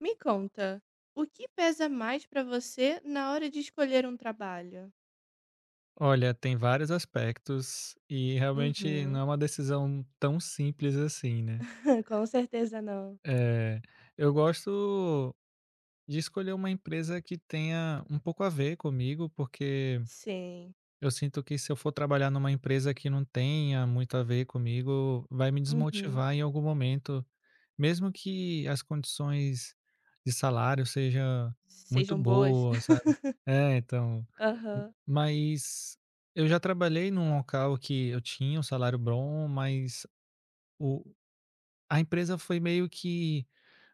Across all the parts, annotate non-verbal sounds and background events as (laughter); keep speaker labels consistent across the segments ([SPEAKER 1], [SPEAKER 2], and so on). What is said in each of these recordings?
[SPEAKER 1] Me conta, o que pesa mais pra você na hora de escolher um trabalho?
[SPEAKER 2] Olha, tem vários aspectos e realmente
[SPEAKER 1] Uhum.
[SPEAKER 2] não é uma decisão tão simples assim, né?
[SPEAKER 1] (laughs) Com certeza não.
[SPEAKER 2] Eh, eu gosto de escolher uma empresa que tenha um pouco a ver comigo, porque
[SPEAKER 1] Sim.
[SPEAKER 2] eu sinto que se eu for trabalhar numa empresa que não tenha muito a ver comigo, vai me
[SPEAKER 1] Uhum.
[SPEAKER 2] desmotivar em algum momento, mesmo que as condições de salário seja muito
[SPEAKER 1] Sejam boas?
[SPEAKER 2] boas, sabe?
[SPEAKER 1] (laughs)
[SPEAKER 2] É, então. M
[SPEAKER 1] Aham.
[SPEAKER 2] mas eu já trabalhei num local que eu tinha um salário bom, mas o a empresa foi meio que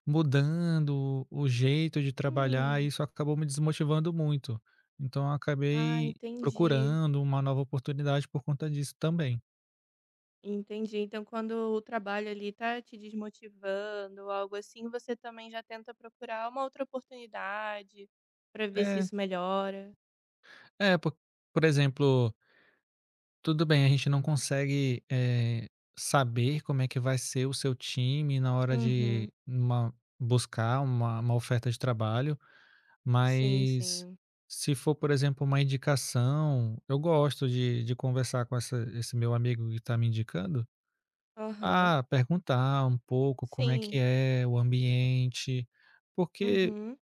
[SPEAKER 2] mudando o jeito de trabalhar e
[SPEAKER 1] Hum.
[SPEAKER 2] isso acabou me desmotivando muito. Então eu
[SPEAKER 1] Ah,
[SPEAKER 2] acabei
[SPEAKER 1] entendi.
[SPEAKER 2] procurando uma nova oportunidade por conta disso também.
[SPEAKER 1] Entendi. Então, quando o trabalho ali tá te desmotivando, ou algo assim, você também já tenta procurar uma outra oportunidade pra ver se
[SPEAKER 2] É,
[SPEAKER 1] isso melhora.
[SPEAKER 2] é, por exemplo, tudo bem, a gente não consegue, saber como é que vai ser o seu time na hora
[SPEAKER 1] Uhum.
[SPEAKER 2] de uma buscar uma oferta de trabalho.
[SPEAKER 1] Sim,
[SPEAKER 2] Mas
[SPEAKER 1] sim.
[SPEAKER 2] se for, por exemplo, uma indicação, eu gosto de conversar com essa esse meu amigo que está me indicando,
[SPEAKER 1] Aham.
[SPEAKER 2] perguntar um pouco como é que
[SPEAKER 1] Sim.
[SPEAKER 2] é o ambiente, porque
[SPEAKER 1] Uhum.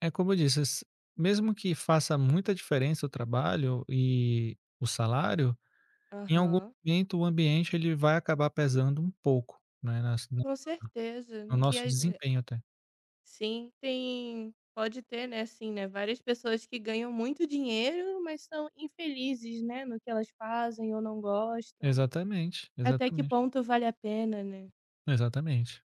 [SPEAKER 2] é como eu disse, s mesmo que faça muita diferença o trabalho e o salário, em algum
[SPEAKER 1] Aham.
[SPEAKER 2] momento o ambiente ele vai acabar pesando um pouco, né, nas no
[SPEAKER 1] Com certeza,
[SPEAKER 2] no
[SPEAKER 1] que
[SPEAKER 2] nosso
[SPEAKER 1] a ge
[SPEAKER 2] desempenho até.
[SPEAKER 1] sim, tem pode ter, né, sim né, várias pessoas que ganham muito dinheiro, mas são infelizes, né, no que elas fazem ou não gostam.
[SPEAKER 2] Exatamente,
[SPEAKER 1] Até que
[SPEAKER 2] exatamente,
[SPEAKER 1] ponto vale a pena, né.
[SPEAKER 2] exatamente.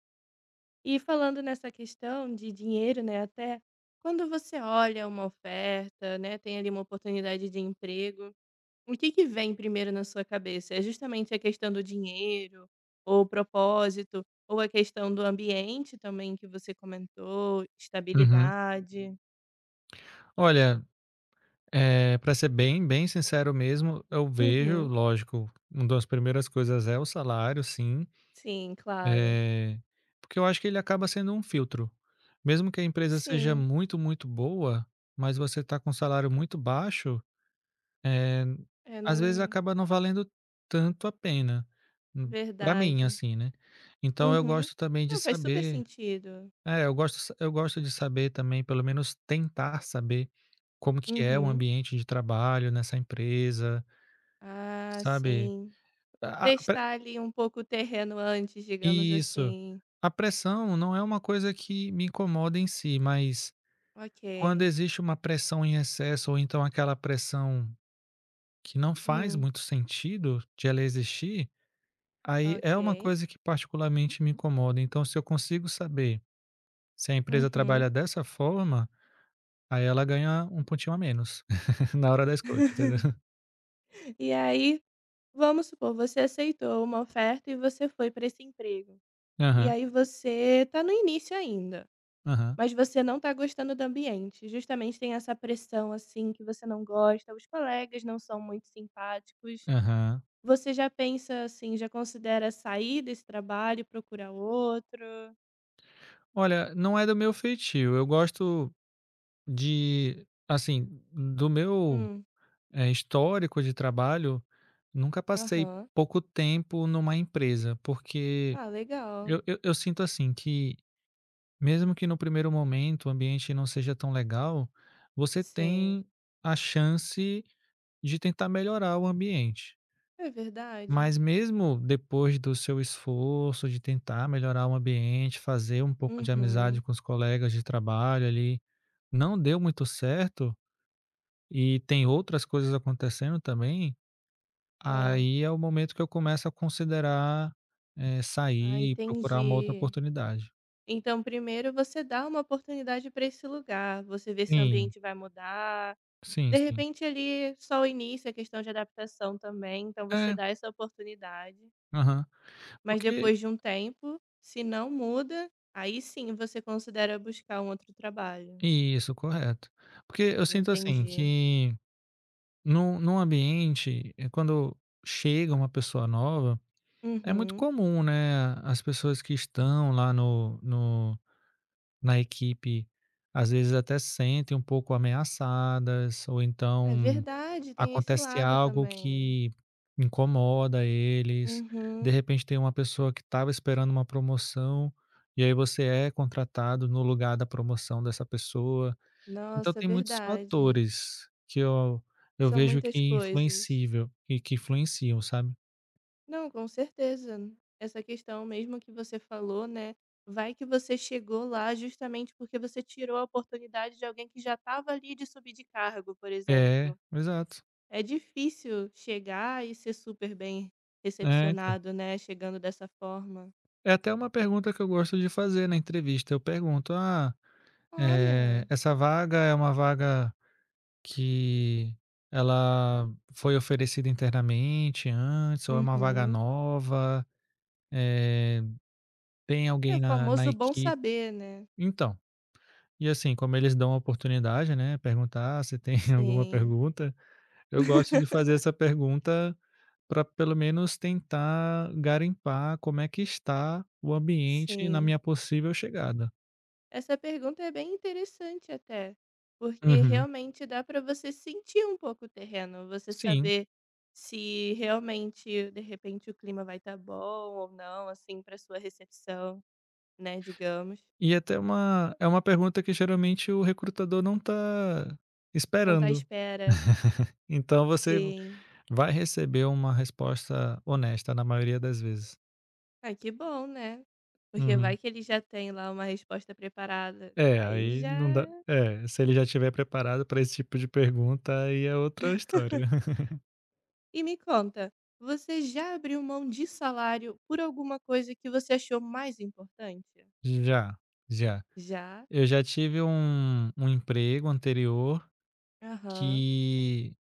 [SPEAKER 1] E falando nessa questão de dinheiro, né, até, quando você olha uma oferta, né, tem ali uma oportunidade de emprego. O que que vem primeiro na sua cabeça? É justamente a questão do dinheiro, ou o propósito, ou a questão do ambiente também que você comentou,
[SPEAKER 2] Uhum.
[SPEAKER 1] estabilidade?
[SPEAKER 2] Olha, pra ser bem, bem sincero mesmo, eu vejo,
[SPEAKER 1] Uhum.
[SPEAKER 2] lógico, uma das primeiras coisas é o salário, sim,
[SPEAKER 1] Sim, claro.
[SPEAKER 2] eh, porque eu acho que ele acaba sendo um filtro. Mesmo que a empresa seja
[SPEAKER 1] Sim,
[SPEAKER 2] muito, muito boa, mas você está com um salário muito baixo, eh,
[SPEAKER 1] é
[SPEAKER 2] às vezes
[SPEAKER 1] não
[SPEAKER 2] acaba não valendo tanto a pena, para mim,
[SPEAKER 1] verdade.
[SPEAKER 2] assim, né. Então eu
[SPEAKER 1] Uhum.
[SPEAKER 2] gosto também de
[SPEAKER 1] Não, faz super
[SPEAKER 2] saber,
[SPEAKER 1] sentido.
[SPEAKER 2] eu gosto de saber também, pelo menos tentar saber, como que é o
[SPEAKER 1] Uhum.
[SPEAKER 2] ambiente de trabalho nessa empresa,
[SPEAKER 1] Ah,
[SPEAKER 2] sabe.
[SPEAKER 1] sim.
[SPEAKER 2] A pre
[SPEAKER 1] Testar ali um pouco o terreno antes, digamos
[SPEAKER 2] Isso.
[SPEAKER 1] assim.
[SPEAKER 2] A pressão não é uma coisa que me incomoda em si, mas quando
[SPEAKER 1] Ok.
[SPEAKER 2] existe uma pressão em excesso ou então aquela pressão que não faz
[SPEAKER 1] Hum,
[SPEAKER 2] muito sentido de ela existir, aí é uma
[SPEAKER 1] ok.
[SPEAKER 2] coisa que particularmente me incomoda. Então se eu consigo saber se a empresa
[SPEAKER 1] Uhum.
[SPEAKER 2] trabalha dessa forma. Aí ela ganha um pontinho a menos (laughs) na hora da escolha, entendeu?
[SPEAKER 1] E aí vamos supor, você aceitou uma oferta e você foi para esse emprego. E
[SPEAKER 2] Aham,
[SPEAKER 1] aí você tá no início ainda,
[SPEAKER 2] aham,
[SPEAKER 1] mas você não tá gostando do ambiente. Justamente tem essa pressão assim que você não gosta, os colegas não são muito simpáticos.
[SPEAKER 2] aham.
[SPEAKER 1] Você já pensa assim, já considera sair desse trabalho, procurar outro?
[SPEAKER 2] Olha, não é do meu feitio, eu gosto de assim, do meu,
[SPEAKER 1] Hum,
[SPEAKER 2] histórico de trabalho, nunca passei
[SPEAKER 1] aham.
[SPEAKER 2] pouco tempo numa empresa, porque
[SPEAKER 1] Ah, legal.
[SPEAKER 2] eu sinto assim que, mesmo que no primeiro momento o ambiente não seja tão legal, você
[SPEAKER 1] Sim.
[SPEAKER 2] tem a chance de tentar melhorar o ambiente.
[SPEAKER 1] É verdade.
[SPEAKER 2] Mas mesmo depois do seu esforço de tentar melhorar o ambiente, fazer um pouco de
[SPEAKER 1] Uhum.
[SPEAKER 2] amizade com os colegas de trabalho ali, não deu muito certo e tem outras coisas acontecendo também,
[SPEAKER 1] Ah,
[SPEAKER 2] aí é o momento que eu começo a considerar,
[SPEAKER 1] ah,
[SPEAKER 2] sair e procurar uma outra
[SPEAKER 1] entendi.
[SPEAKER 2] oportunidade.
[SPEAKER 1] Então, primeiro você dá uma oportunidade para esse lugar, você vê se o
[SPEAKER 2] Sim,
[SPEAKER 1] ambiente vai mudar.
[SPEAKER 2] sim,
[SPEAKER 1] De
[SPEAKER 2] sim.
[SPEAKER 1] repente, ali, só o início é questão de adaptação também, então você
[SPEAKER 2] É,
[SPEAKER 1] dá essa oportunidade.
[SPEAKER 2] aham.
[SPEAKER 1] Mas
[SPEAKER 2] Porque
[SPEAKER 1] depois de um tempo, se não muda, aí sim você considera buscar um outro trabalho.
[SPEAKER 2] isso, correto. Porque eu sinto assim
[SPEAKER 1] Entendi.
[SPEAKER 2] que num ambiente, quando chega uma pessoa nova. É muito
[SPEAKER 1] Uhum.
[SPEAKER 2] comum, né, as pessoas que estão lá no no na equipe, às vezes até sentem um pouco ameaçadas, ou
[SPEAKER 1] É
[SPEAKER 2] então
[SPEAKER 1] verdade, tem esse
[SPEAKER 2] acontece
[SPEAKER 1] lado
[SPEAKER 2] algo
[SPEAKER 1] também.
[SPEAKER 2] que incomoda eles. De
[SPEAKER 1] Uhum.
[SPEAKER 2] repente tem uma pessoa que estava esperando uma promoção, e aí você é contratado no lugar da promoção dessa pessoa. Então
[SPEAKER 1] Nossa, é
[SPEAKER 2] tem muitos
[SPEAKER 1] verdade.
[SPEAKER 2] fatores que eu
[SPEAKER 1] São
[SPEAKER 2] vejo que
[SPEAKER 1] muitas coisas.
[SPEAKER 2] influencível e que influenciam, sabe?
[SPEAKER 1] Não, com certeza. Essa questão mesmo que você falou, né? Vai que você chegou lá justamente porque você tirou a oportunidade de alguém que já estava ali de subir de cargo, por
[SPEAKER 2] É,
[SPEAKER 1] exemplo.
[SPEAKER 2] exato.
[SPEAKER 1] É difícil chegar e ser super bem
[SPEAKER 2] É, então.
[SPEAKER 1] recepcionado, né? Chegando dessa forma.
[SPEAKER 2] É até uma pergunta que eu gosto de fazer na entrevista. Eu pergunto: "Ah,
[SPEAKER 1] Olha,
[SPEAKER 2] essa vaga é uma vaga que ela foi oferecida internamente antes ou é uma vaga
[SPEAKER 1] uhum.
[SPEAKER 2] nova? Eh, Tem
[SPEAKER 1] É o
[SPEAKER 2] alguém na
[SPEAKER 1] famoso bom
[SPEAKER 2] equipe?"
[SPEAKER 1] saber, né?
[SPEAKER 2] Então, e assim, como eles dão a oportunidade, né, perguntar se tem (laughs) alguma
[SPEAKER 1] Sim,
[SPEAKER 2] pergunta, eu gosto de
[SPEAKER 1] (laughs)
[SPEAKER 2] fazer essa pergunta para pelo menos tentar garimpar como é que está o ambiente na
[SPEAKER 1] sim.
[SPEAKER 2] minha possível chegada.
[SPEAKER 1] Essa pergunta é bem interessante até, porque
[SPEAKER 2] Uhum.
[SPEAKER 1] realmente dá para você sentir um pouco o terreno, você
[SPEAKER 2] Sim,
[SPEAKER 1] saber se realmente, de repente, o clima vai estar bom ou não, assim, para sua recepção, né, digamos.
[SPEAKER 2] e até uma é uma pergunta que geralmente o recrutador não está
[SPEAKER 1] Não tá à
[SPEAKER 2] esperando,
[SPEAKER 1] espera.
[SPEAKER 2] então você
[SPEAKER 1] Sim.
[SPEAKER 2] vai receber uma resposta honesta na maioria das vezes.
[SPEAKER 1] Ah, que bom, né? Porque vai
[SPEAKER 2] Uhum.
[SPEAKER 1] que ele já tem lá uma resposta preparada.
[SPEAKER 2] É,
[SPEAKER 1] Aí
[SPEAKER 2] aí
[SPEAKER 1] já.
[SPEAKER 2] não dá, é, se ele já estiver preparado para esse tipo de pergunta, aí é outra história. (laughs)
[SPEAKER 1] E me conta, você já abriu mão de salário por alguma coisa que você achou mais importante?
[SPEAKER 2] Já, já.
[SPEAKER 1] Já?
[SPEAKER 2] Eu já tive um emprego anterior
[SPEAKER 1] Aham.
[SPEAKER 2] que,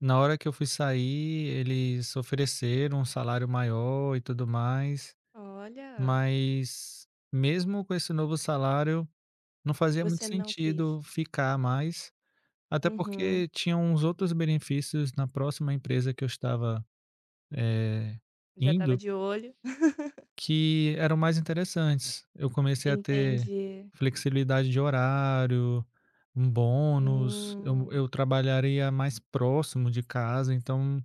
[SPEAKER 2] na hora que eu fui sair, eles ofereceram um salário maior e tudo mais.
[SPEAKER 1] Olha,
[SPEAKER 2] Mas mesmo com esse novo salário, não fazia muito
[SPEAKER 1] você não quis.
[SPEAKER 2] sentido ficar mais, até
[SPEAKER 1] Uhum.
[SPEAKER 2] porque tinham uns outros benefícios na próxima empresa que eu estava, eh,
[SPEAKER 1] Já estava
[SPEAKER 2] indo,
[SPEAKER 1] de olho. (laughs)
[SPEAKER 2] que eram mais interessantes. Eu comecei a ter
[SPEAKER 1] Entendi.
[SPEAKER 2] flexibilidade de horário, um bônus, eu
[SPEAKER 1] Hum,
[SPEAKER 2] eu trabalharia mais próximo de casa, então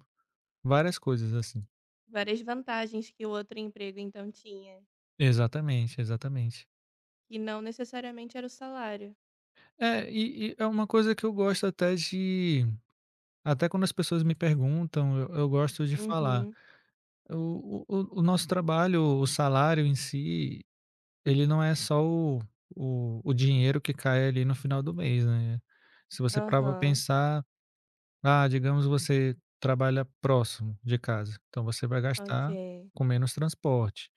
[SPEAKER 2] várias coisas assim.
[SPEAKER 1] várias vantagens que o outro emprego então tinha,
[SPEAKER 2] Exatamente, exatamente.
[SPEAKER 1] que não necessariamente era o salário.
[SPEAKER 2] É, e é uma coisa que eu gosto até de Até quando as pessoas me perguntam, eu gosto de falar.
[SPEAKER 1] Uhum.
[SPEAKER 2] O nosso trabalho, o salário em si, ele não é só o dinheiro que cai ali no final do mês, né. Se você parar pra
[SPEAKER 1] Aham.
[SPEAKER 2] pensar, ah, digamos você trabalha próximo de casa, então você vai gastar
[SPEAKER 1] Ok.
[SPEAKER 2] com menos transporte.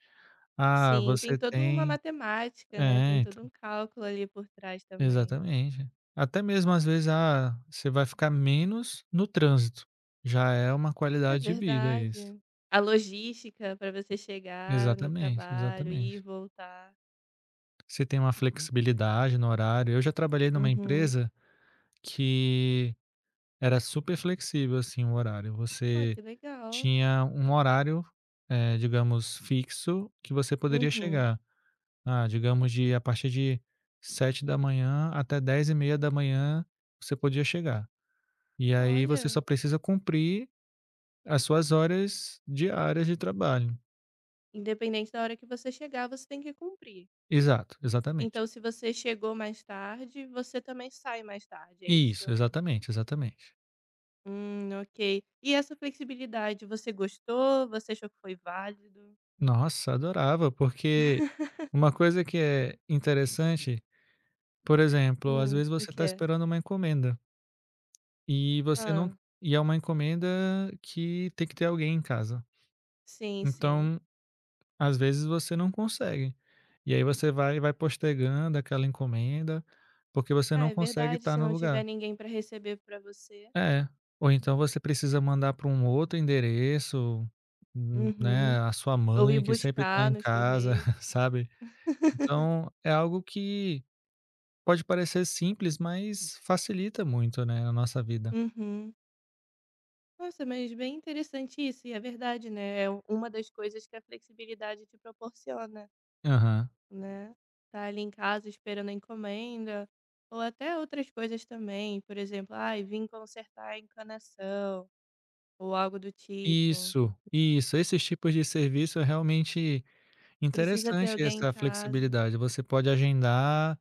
[SPEAKER 2] Ah,
[SPEAKER 1] Sim, tem
[SPEAKER 2] você
[SPEAKER 1] toda uma
[SPEAKER 2] tem
[SPEAKER 1] matemática, né? Tem
[SPEAKER 2] é,
[SPEAKER 1] todo
[SPEAKER 2] então,
[SPEAKER 1] um cálculo ali por trás também.
[SPEAKER 2] exatamente. Até mesmo às vezes, ah, você vai ficar menos no trânsito, já é uma
[SPEAKER 1] É
[SPEAKER 2] qualidade de vida isso.
[SPEAKER 1] verdade. A logística para você chegar no
[SPEAKER 2] Exatamente,
[SPEAKER 1] trabalho, ir e
[SPEAKER 2] exatamente.
[SPEAKER 1] voltar.
[SPEAKER 2] Você tem uma flexibilidade no horário. Eu já trabalhei numa
[SPEAKER 1] Uhum.
[SPEAKER 2] empresa que era super flexível, assim, o horário.
[SPEAKER 1] Ó,
[SPEAKER 2] Você
[SPEAKER 1] que legal.
[SPEAKER 2] tinha um horário, digamos, fixo que você poderia
[SPEAKER 1] Uhum.
[SPEAKER 2] chegar. Ah, digamos de a partir de 7h da manhã até 10h30 da manhã você podia chegar. E aí você só
[SPEAKER 1] Olha.
[SPEAKER 2] precisa cumprir as suas horas diárias de trabalho.
[SPEAKER 1] Independente da hora que você chegar, você tem que cumprir.
[SPEAKER 2] Exato, exatamente.
[SPEAKER 1] Então, se você chegou mais tarde, você também sai mais tarde, é isso?
[SPEAKER 2] Isso, exatamente, exatamente.
[SPEAKER 1] Ok. E essa flexibilidade, você gostou? Você achou que foi válido?
[SPEAKER 2] Nossa, adorava, porque uma coisa que é interessante, por exemplo, às vezes
[SPEAKER 1] O
[SPEAKER 2] você está
[SPEAKER 1] quê?
[SPEAKER 2] esperando uma encomenda e você não
[SPEAKER 1] Ah,
[SPEAKER 2] e é uma encomenda que tem que ter alguém em casa.
[SPEAKER 1] sim, sim.
[SPEAKER 2] Então, às vezes você não consegue. E aí você vai postergando aquela encomenda, porque você
[SPEAKER 1] Ah,
[SPEAKER 2] não
[SPEAKER 1] é
[SPEAKER 2] consegue
[SPEAKER 1] verdade,
[SPEAKER 2] estar
[SPEAKER 1] se
[SPEAKER 2] no
[SPEAKER 1] não
[SPEAKER 2] lugar.
[SPEAKER 1] tiver ninguém para receber para você.
[SPEAKER 2] É, ou então você precisa mandar para um outro endereço, né,
[SPEAKER 1] Uhum.
[SPEAKER 2] a sua
[SPEAKER 1] Ou ir
[SPEAKER 2] mãe que sempre está
[SPEAKER 1] buscar
[SPEAKER 2] em
[SPEAKER 1] nos
[SPEAKER 2] casa,
[SPEAKER 1] correios.
[SPEAKER 2] (laughs) sabe.
[SPEAKER 1] (laughs)
[SPEAKER 2] Então é algo que Pode parecer simples, mas facilita muito, né, a nossa vida.
[SPEAKER 1] Uhum. Nossa, mas bem interessante isso, e é verdade, né? É uma das coisas que a flexibilidade te proporciona.
[SPEAKER 2] Aham.
[SPEAKER 1] Né? Tá ali em casa esperando a encomenda, ou até outras coisas também, por exemplo, ai, vim consertar a encanação, ou algo do tipo.
[SPEAKER 2] Isso, isso. Esses tipos de serviço é realmente
[SPEAKER 1] Precisa ter
[SPEAKER 2] interessante
[SPEAKER 1] alguém em
[SPEAKER 2] essa
[SPEAKER 1] casa.
[SPEAKER 2] flexibilidade. Você pode agendar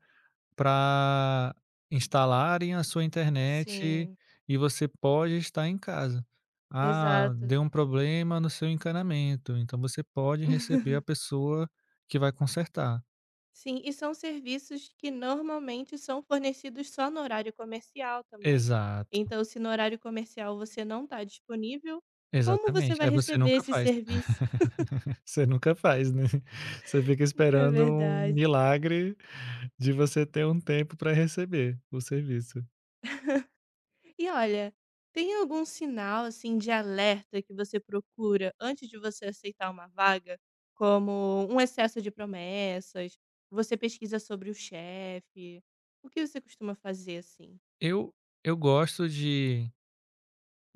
[SPEAKER 2] para instalarem a sua internet
[SPEAKER 1] Sim,
[SPEAKER 2] e você pode estar em casa. Ah,
[SPEAKER 1] exato.
[SPEAKER 2] deu um problema no seu encanamento, então você pode receber a pessoa que vai consertar.
[SPEAKER 1] Sim, e são serviços que normalmente são fornecidos só no horário comercial também.
[SPEAKER 2] Exato,
[SPEAKER 1] Então, se no horário comercial você não está disponível, como você
[SPEAKER 2] exatamente.
[SPEAKER 1] vai
[SPEAKER 2] Aí você
[SPEAKER 1] receber
[SPEAKER 2] nunca
[SPEAKER 1] esse
[SPEAKER 2] faz.
[SPEAKER 1] serviço?
[SPEAKER 2] Você nunca faz, né. (laughs) Você fica
[SPEAKER 1] (laughs) É
[SPEAKER 2] esperando um
[SPEAKER 1] verdade.
[SPEAKER 2] milagre de você ter um tempo para receber o serviço.
[SPEAKER 1] E olha, tem algum sinal assim de alerta que você procura antes de você aceitar uma vaga, como um excesso de promessas, você pesquisa sobre o chefe, o que você costuma fazer assim?
[SPEAKER 2] Eu eu gosto de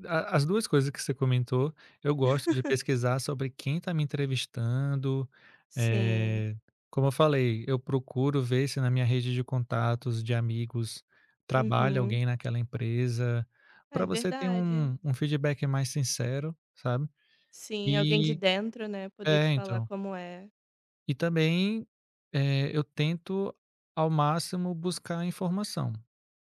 [SPEAKER 2] a as 2 coisas que você comentou, eu gosto de pesquisar sobre quem está me entrevistando,
[SPEAKER 1] Sim,
[SPEAKER 2] eh, como eu falei, eu procuro ver se na minha rede de contatos, de amigos, trabalha
[SPEAKER 1] uhum,
[SPEAKER 2] alguém naquela empresa,
[SPEAKER 1] é
[SPEAKER 2] para você ter
[SPEAKER 1] verdade.
[SPEAKER 2] um feedback mais sincero, sabe.
[SPEAKER 1] Sim, alguém de
[SPEAKER 2] E
[SPEAKER 1] dentro, né, poder
[SPEAKER 2] é,
[SPEAKER 1] te falar
[SPEAKER 2] então.
[SPEAKER 1] como é.
[SPEAKER 2] E também, eu tento ao máximo buscar informação,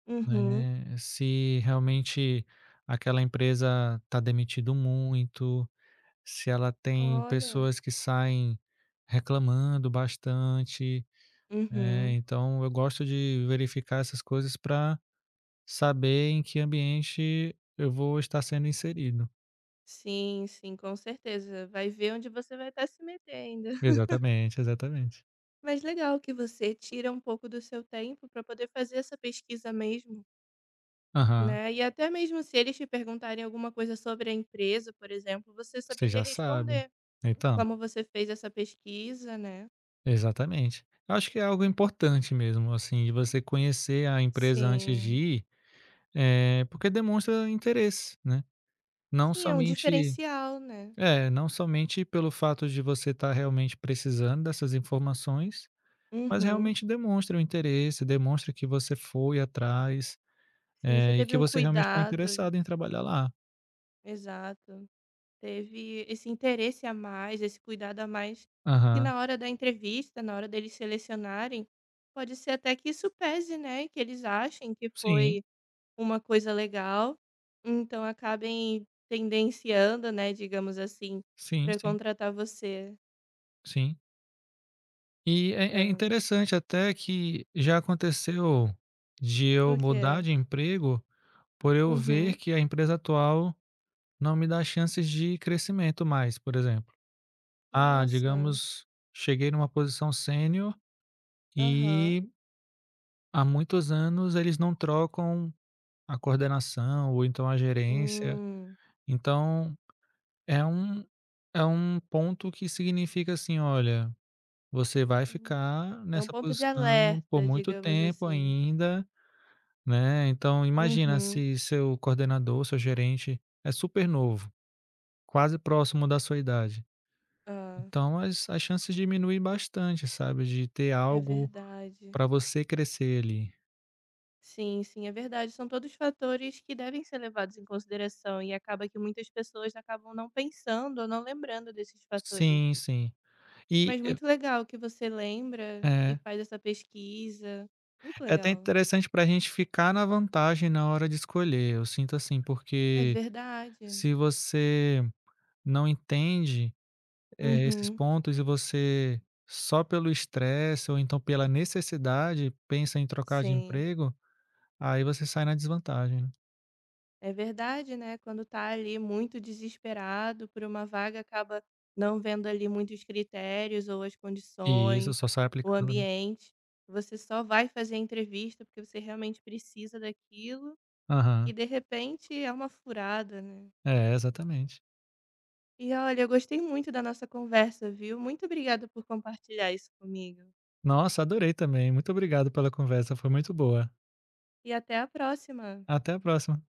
[SPEAKER 1] Uhum,
[SPEAKER 2] né, se realmente aquela empresa está demitindo muito, se ela tem
[SPEAKER 1] olha,
[SPEAKER 2] pessoas que saem reclamando bastante,
[SPEAKER 1] uhum,
[SPEAKER 2] então eu gosto de verificar essas coisas para saber em que ambiente eu vou estar sendo inserido.
[SPEAKER 1] sim, sim, com certeza. Vai ver onde você vai estar se metendo.
[SPEAKER 2] Exatamente, exatamente.
[SPEAKER 1] Mas legal que você tira um pouco do seu tempo para poder fazer essa pesquisa mesmo,
[SPEAKER 2] Aham,
[SPEAKER 1] né? E até mesmo se eles te perguntarem alguma coisa sobre a empresa, por exemplo, você
[SPEAKER 2] você
[SPEAKER 1] saberia
[SPEAKER 2] já sabe.
[SPEAKER 1] responder
[SPEAKER 2] Então
[SPEAKER 1] como você fez essa pesquisa, né?
[SPEAKER 2] Exatamente. Eu acho que é algo importante mesmo, assim, de você conhecer a empresa antes de
[SPEAKER 1] Sim.
[SPEAKER 2] ir, porque demonstra interesse, né. Não
[SPEAKER 1] Sim, é um
[SPEAKER 2] somente
[SPEAKER 1] diferencial, né?
[SPEAKER 2] não somente pelo fato de você estar realmente precisando dessas informações, mas
[SPEAKER 1] Uhum.
[SPEAKER 2] realmente demonstra o interesse, demonstra que você foi atrás,
[SPEAKER 1] Sim, você
[SPEAKER 2] e
[SPEAKER 1] teve
[SPEAKER 2] que
[SPEAKER 1] um
[SPEAKER 2] você realmente está
[SPEAKER 1] cuidado.
[SPEAKER 2] interessado em trabalhar lá.
[SPEAKER 1] Exato. Teve esse interesse a mais, esse cuidado a mais, que
[SPEAKER 2] Aham.
[SPEAKER 1] na hora da entrevista, na hora deles selecionarem, pode ser até que isso pese, né, que eles achem que
[SPEAKER 2] Sim,
[SPEAKER 1] foi uma coisa legal, então acabem tendenciando, né, digamos assim,
[SPEAKER 2] sim,
[SPEAKER 1] para
[SPEAKER 2] sim,
[SPEAKER 1] contratar você.
[SPEAKER 2] sim. E é
[SPEAKER 1] É.
[SPEAKER 2] interessante até que já aconteceu de
[SPEAKER 1] O
[SPEAKER 2] eu mudar
[SPEAKER 1] quê?
[SPEAKER 2] de emprego, por eu ver
[SPEAKER 1] Uhum.
[SPEAKER 2] que a empresa atual não me dá chances de crescimento mais, por exemplo. Ah,
[SPEAKER 1] Nossa.
[SPEAKER 2] digamos, cheguei numa posição sênior
[SPEAKER 1] Aham.
[SPEAKER 2] e há muitos anos eles não trocam a coordenação ou então a gerência.
[SPEAKER 1] Hum.
[SPEAKER 2] Então, é um é um ponto que significa assim: "Olha, você vai
[SPEAKER 1] Hum.
[SPEAKER 2] ficar
[SPEAKER 1] É um
[SPEAKER 2] nessa
[SPEAKER 1] ponto de
[SPEAKER 2] posição por
[SPEAKER 1] alerta,
[SPEAKER 2] muito
[SPEAKER 1] digamos
[SPEAKER 2] tempo
[SPEAKER 1] assim.
[SPEAKER 2] ainda". Né, então imagina
[SPEAKER 1] Uhum.
[SPEAKER 2] se seu coordenador, seu gerente é super novo, quase próximo da sua idade.
[SPEAKER 1] Hã,
[SPEAKER 2] Então as chances diminuem bastante, sabe, de ter
[SPEAKER 1] é
[SPEAKER 2] algo
[SPEAKER 1] verdade.
[SPEAKER 2] para você crescer ali.
[SPEAKER 1] Sim, sim, é verdade. São todos fatores que devem ser levados em consideração e acaba que muitas pessoas acabam não pensando ou não lembrando desses fatores.
[SPEAKER 2] Sim, sim. E
[SPEAKER 1] Mas muito legal que você lembra e
[SPEAKER 2] é
[SPEAKER 1] faz essa pesquisa. Muito
[SPEAKER 2] é até
[SPEAKER 1] legal.
[SPEAKER 2] interessante para a gente ficar na vantagem na hora de escolher, eu sinto assim,
[SPEAKER 1] É
[SPEAKER 2] porque
[SPEAKER 1] verdade.
[SPEAKER 2] se você não entende, esses
[SPEAKER 1] Uhum.
[SPEAKER 2] pontos e você só pelo estresse ou então pela necessidade pensa em trocar de
[SPEAKER 1] Sim.
[SPEAKER 2] emprego. Aí você sai na desvantagem, né.
[SPEAKER 1] É verdade, né? Quando tá ali muito desesperado por uma vaga, acaba não vendo ali muitos critérios ou as
[SPEAKER 2] Isso,
[SPEAKER 1] condições,
[SPEAKER 2] só sai
[SPEAKER 1] o
[SPEAKER 2] aplicando, né.
[SPEAKER 1] ambiente. Você só vai fazer a entrevista porque você realmente precisa daquilo e
[SPEAKER 2] Aham.
[SPEAKER 1] de repente é uma furada, né?
[SPEAKER 2] É, exatamente.
[SPEAKER 1] E olha, eu gostei muito da nossa conversa, viu? Muito obrigada por compartilhar isso comigo.
[SPEAKER 2] Nossa, adorei também. Muito obrigado pela conversa, foi muito boa.
[SPEAKER 1] E até a próxima.
[SPEAKER 2] Até a próxima.